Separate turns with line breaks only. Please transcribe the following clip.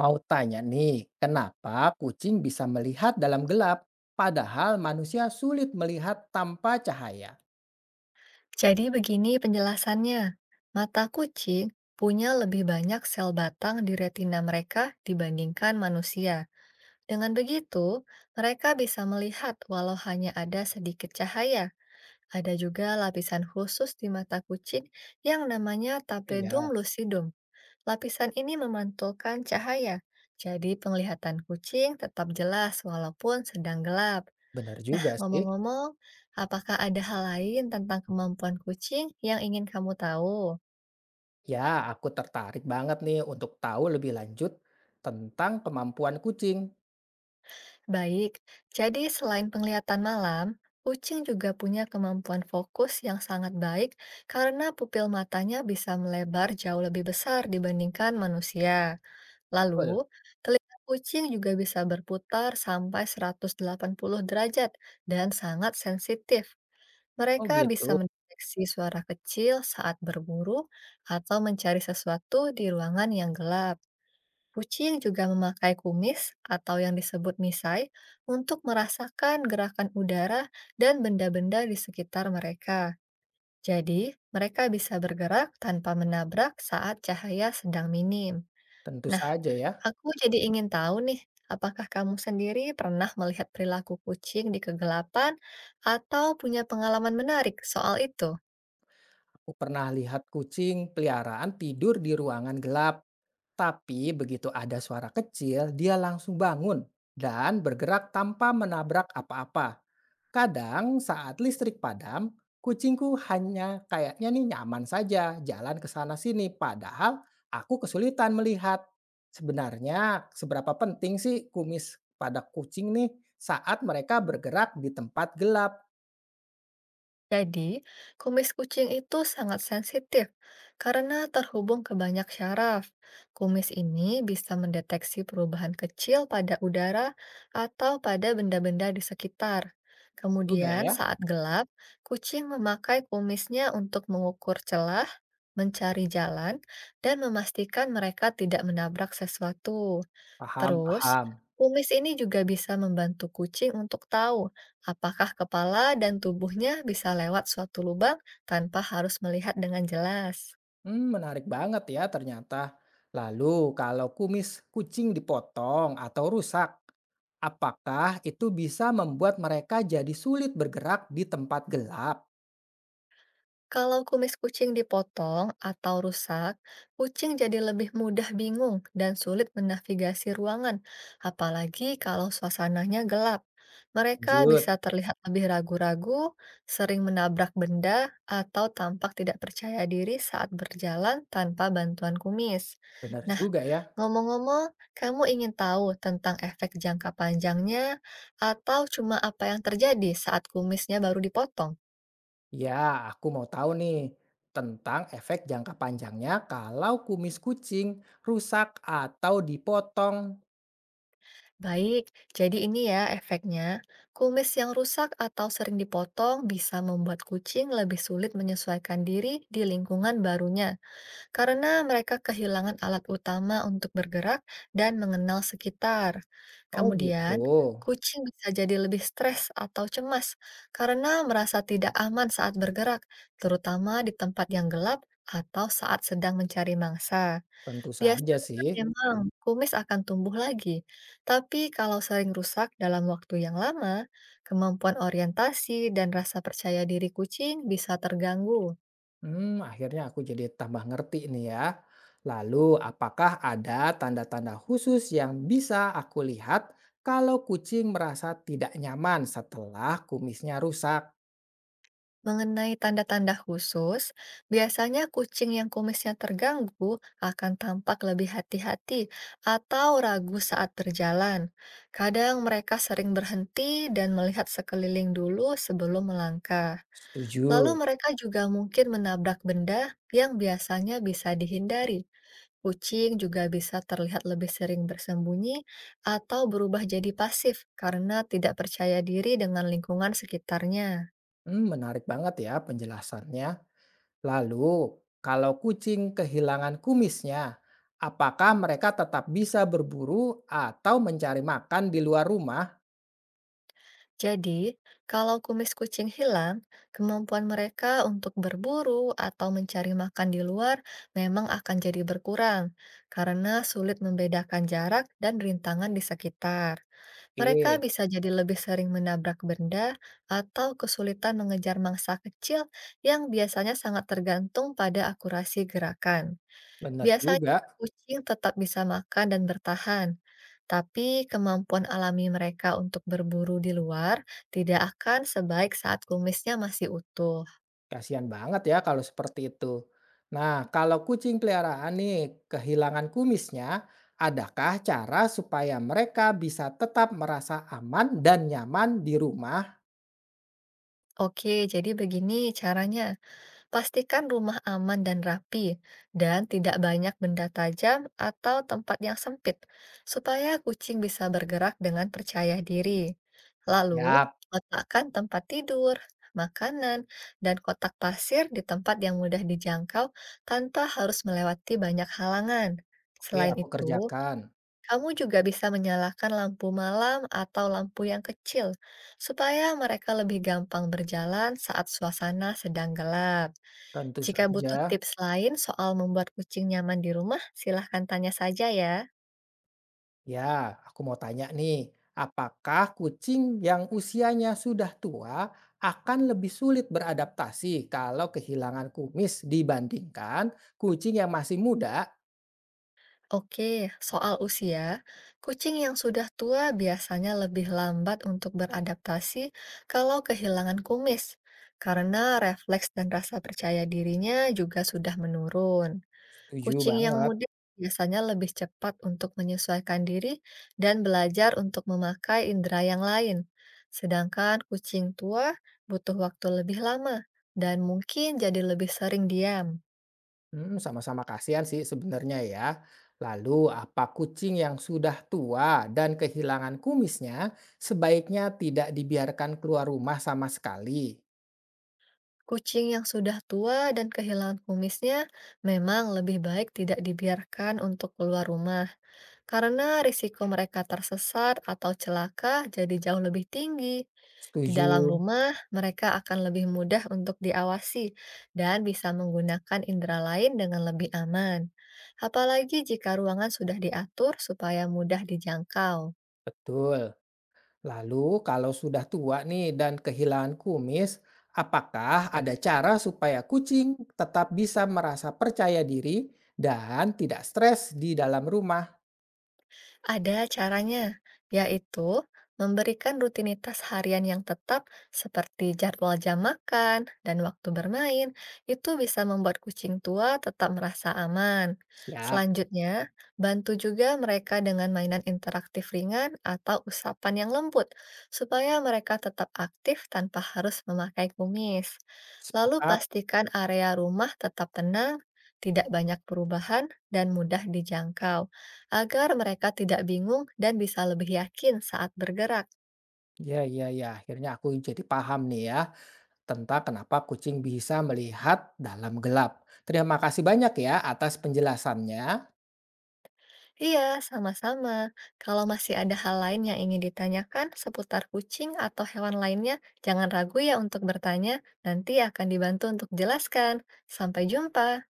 Mau tanya nih, kenapa kucing bisa melihat dalam gelap, padahal manusia sulit melihat tanpa cahaya?
Jadi begini penjelasannya, mata kucing punya lebih banyak sel batang di retina mereka dibandingkan manusia. Dengan begitu, mereka bisa melihat walau hanya ada sedikit cahaya. Ada juga lapisan khusus di mata kucing yang namanya
Iya.
tapetum lucidum. Lapisan ini memantulkan cahaya, jadi penglihatan kucing tetap jelas walaupun sedang gelap.
Benar
Nah,
juga sih.
ngomong-ngomong, apakah ada hal lain tentang kemampuan kucing yang ingin kamu tahu?
Ya, aku tertarik banget nih untuk tahu lebih lanjut tentang kemampuan kucing.
Baik, jadi selain penglihatan malam, kucing juga punya kemampuan fokus yang sangat baik karena pupil matanya bisa melebar jauh lebih besar dibandingkan manusia.
Betul.
Lalu, telinga kucing juga bisa berputar sampai 180 derajat dan sangat sensitif.
Oh
Mereka bisa
gitu.
mendeteksi suara kecil saat berburu atau mencari sesuatu di ruangan yang gelap. Kucing juga memakai kumis atau yang disebut misai untuk merasakan gerakan udara dan benda-benda di sekitar mereka. Jadi, mereka bisa bergerak tanpa menabrak saat cahaya sedang minim.
Tentu
Nah,
saja ya.
aku jadi ingin tahu nih, apakah kamu sendiri pernah melihat perilaku kucing di kegelapan atau punya pengalaman menarik soal itu?
Aku pernah lihat kucing peliharaan tidur di ruangan gelap. Tapi begitu ada suara kecil, dia langsung bangun dan bergerak tanpa menabrak apa-apa. Kadang saat listrik padam, kucingku hanya kayaknya nih nyaman saja jalan ke sana sini, padahal aku kesulitan melihat. Sebenarnya seberapa penting sih kumis pada kucing nih saat mereka bergerak di tempat gelap
Jadi, kumis kucing itu sangat sensitif karena terhubung ke banyak syaraf. Kumis ini bisa mendeteksi perubahan kecil pada udara atau pada benda-benda di sekitar.
juga
Kemudian,
ya?
saat gelap, kucing memakai kumisnya untuk mengukur celah, mencari jalan, dan memastikan mereka tidak menabrak sesuatu.
Paham,
Terus,
paham.
kumis ini juga bisa membantu kucing untuk tahu apakah kepala dan tubuhnya bisa lewat suatu lubang tanpa harus melihat dengan jelas.
Hmm, menarik banget ya ternyata. Lalu kalau kumis kucing dipotong atau rusak, apakah itu bisa membuat mereka jadi sulit bergerak di tempat gelap?
Kalau kumis kucing dipotong atau rusak, kucing jadi lebih mudah bingung dan sulit menavigasi ruangan, apalagi kalau suasananya gelap. Mereka
Lanjut.
bisa terlihat lebih ragu-ragu, sering menabrak benda, atau tampak tidak percaya diri saat berjalan tanpa bantuan kumis.
Benar
Nah,
juga ya.
ngomong-ngomong, kamu ingin tahu tentang efek jangka panjangnya atau cuma apa yang terjadi saat kumisnya baru dipotong?
Ya, aku mau tahu nih tentang efek jangka panjangnya kalau kumis kucing rusak atau dipotong.
Baik, jadi ini ya efeknya. Kumis yang rusak atau sering dipotong bisa membuat kucing lebih sulit menyesuaikan diri di lingkungan barunya karena mereka kehilangan alat utama untuk bergerak dan mengenal sekitar.
Oh gitu.
Kemudian, kucing bisa jadi lebih stres atau cemas karena merasa tidak aman saat bergerak, terutama di tempat yang gelap atau saat sedang mencari mangsa.
Tentu saja
Biasanya
sih.
memang kumis akan tumbuh lagi, tapi kalau sering rusak dalam waktu yang lama, kemampuan orientasi dan rasa percaya diri kucing bisa terganggu.
Hmm, akhirnya aku jadi tambah ngerti nih ya. Lalu, apakah ada tanda-tanda khusus yang bisa aku lihat kalau kucing merasa tidak nyaman setelah kumisnya rusak?
Mengenai tanda-tanda khusus, biasanya kucing yang kumisnya terganggu akan tampak lebih hati-hati atau ragu saat berjalan. Kadang mereka sering berhenti dan melihat sekeliling dulu sebelum melangkah. Lalu
Setuju.
mereka juga mungkin menabrak benda yang biasanya bisa dihindari. Kucing juga bisa terlihat lebih sering bersembunyi atau berubah jadi pasif karena tidak percaya diri dengan lingkungan sekitarnya.
Hmm, menarik banget ya penjelasannya. Lalu, kalau kucing kehilangan kumisnya, apakah mereka tetap bisa berburu atau mencari makan di luar rumah?
Jadi, kalau kumis kucing hilang, kemampuan mereka untuk berburu atau mencari makan di luar memang akan jadi berkurang karena sulit membedakan jarak dan rintangan di sekitar.
Oke,
Mereka bisa jadi lebih sering menabrak benda atau kesulitan mengejar mangsa kecil yang biasanya sangat tergantung pada akurasi gerakan.
benar
Biasanya
juga.
kucing tetap bisa makan dan bertahan, tapi kemampuan alami mereka untuk berburu di luar tidak akan sebaik saat kumisnya masih utuh.
Kasihan banget ya kalau seperti itu. Nah, kalau kucing peliharaan nih kehilangan kumisnya, adakah cara supaya mereka bisa tetap merasa aman dan nyaman di rumah?
Oke, jadi begini caranya. Pastikan rumah aman dan rapi, dan tidak banyak benda tajam atau tempat yang sempit, supaya kucing bisa bergerak dengan percaya diri. Lalu,
Yap,
letakkan tempat tidur, makanan, dan kotak pasir di tempat yang mudah dijangkau tanpa harus melewati banyak halangan.
oke
Selain
aku
itu,
kerjakan.
kamu juga bisa menyalakan lampu malam atau lampu yang kecil, supaya mereka lebih gampang berjalan saat suasana sedang gelap.
Tentu
Jika butuh
saja.
tips lain soal membuat kucing nyaman di rumah, silahkan tanya saja ya.
Ya, aku mau tanya nih, apakah kucing yang usianya sudah tua akan lebih sulit beradaptasi kalau kehilangan kumis dibandingkan kucing yang masih muda?
Oke, soal usia, kucing yang sudah tua biasanya lebih lambat untuk beradaptasi kalau kehilangan kumis, karena refleks dan rasa percaya dirinya juga sudah menurun.
Setuju
Kucing yang
banget.
mudik biasanya lebih cepat untuk menyesuaikan diri dan belajar untuk memakai indera yang lain. Sedangkan kucing tua butuh waktu lebih lama dan mungkin jadi lebih sering diam.
Hmm, sama-sama kasihan sih sebenarnya ya. Lalu, apa kucing yang sudah tua dan kehilangan kumisnya sebaiknya tidak dibiarkan keluar rumah sama sekali?
Kucing yang sudah tua dan kehilangan kumisnya memang lebih baik tidak dibiarkan untuk keluar rumah, karena risiko mereka tersesat atau celaka jadi jauh lebih tinggi. Di dalam
Setuju.
rumah, mereka akan lebih mudah untuk diawasi dan bisa menggunakan indera lain dengan lebih aman. Apalagi jika ruangan sudah diatur supaya mudah dijangkau.
Betul. Lalu, kalau sudah tua nih dan kehilangan kumis, apakah ada cara supaya kucing tetap bisa merasa percaya diri dan tidak stres di dalam rumah?
Ada caranya, yaitu memberikan rutinitas harian yang tetap seperti jadwal jam makan dan waktu bermain. Itu bisa membuat kucing tua tetap merasa aman.
Siap,
Selanjutnya, bantu juga mereka dengan mainan interaktif ringan atau usapan yang lembut, supaya mereka tetap aktif tanpa harus memakai kumis. Lalu
sepakat.
pastikan area rumah tetap tenang, tidak banyak perubahan, dan mudah dijangkau agar mereka tidak bingung dan bisa lebih yakin saat bergerak.
Ya, ya, ya. Akhirnya aku jadi paham nih ya tentang kenapa kucing bisa melihat dalam gelap. Terima kasih banyak ya atas penjelasannya.
Iya, sama-sama. Kalau masih ada hal lain yang ingin ditanyakan seputar kucing atau hewan lainnya, jangan ragu ya untuk bertanya. Nanti akan dibantu untuk jelaskan. Sampai jumpa.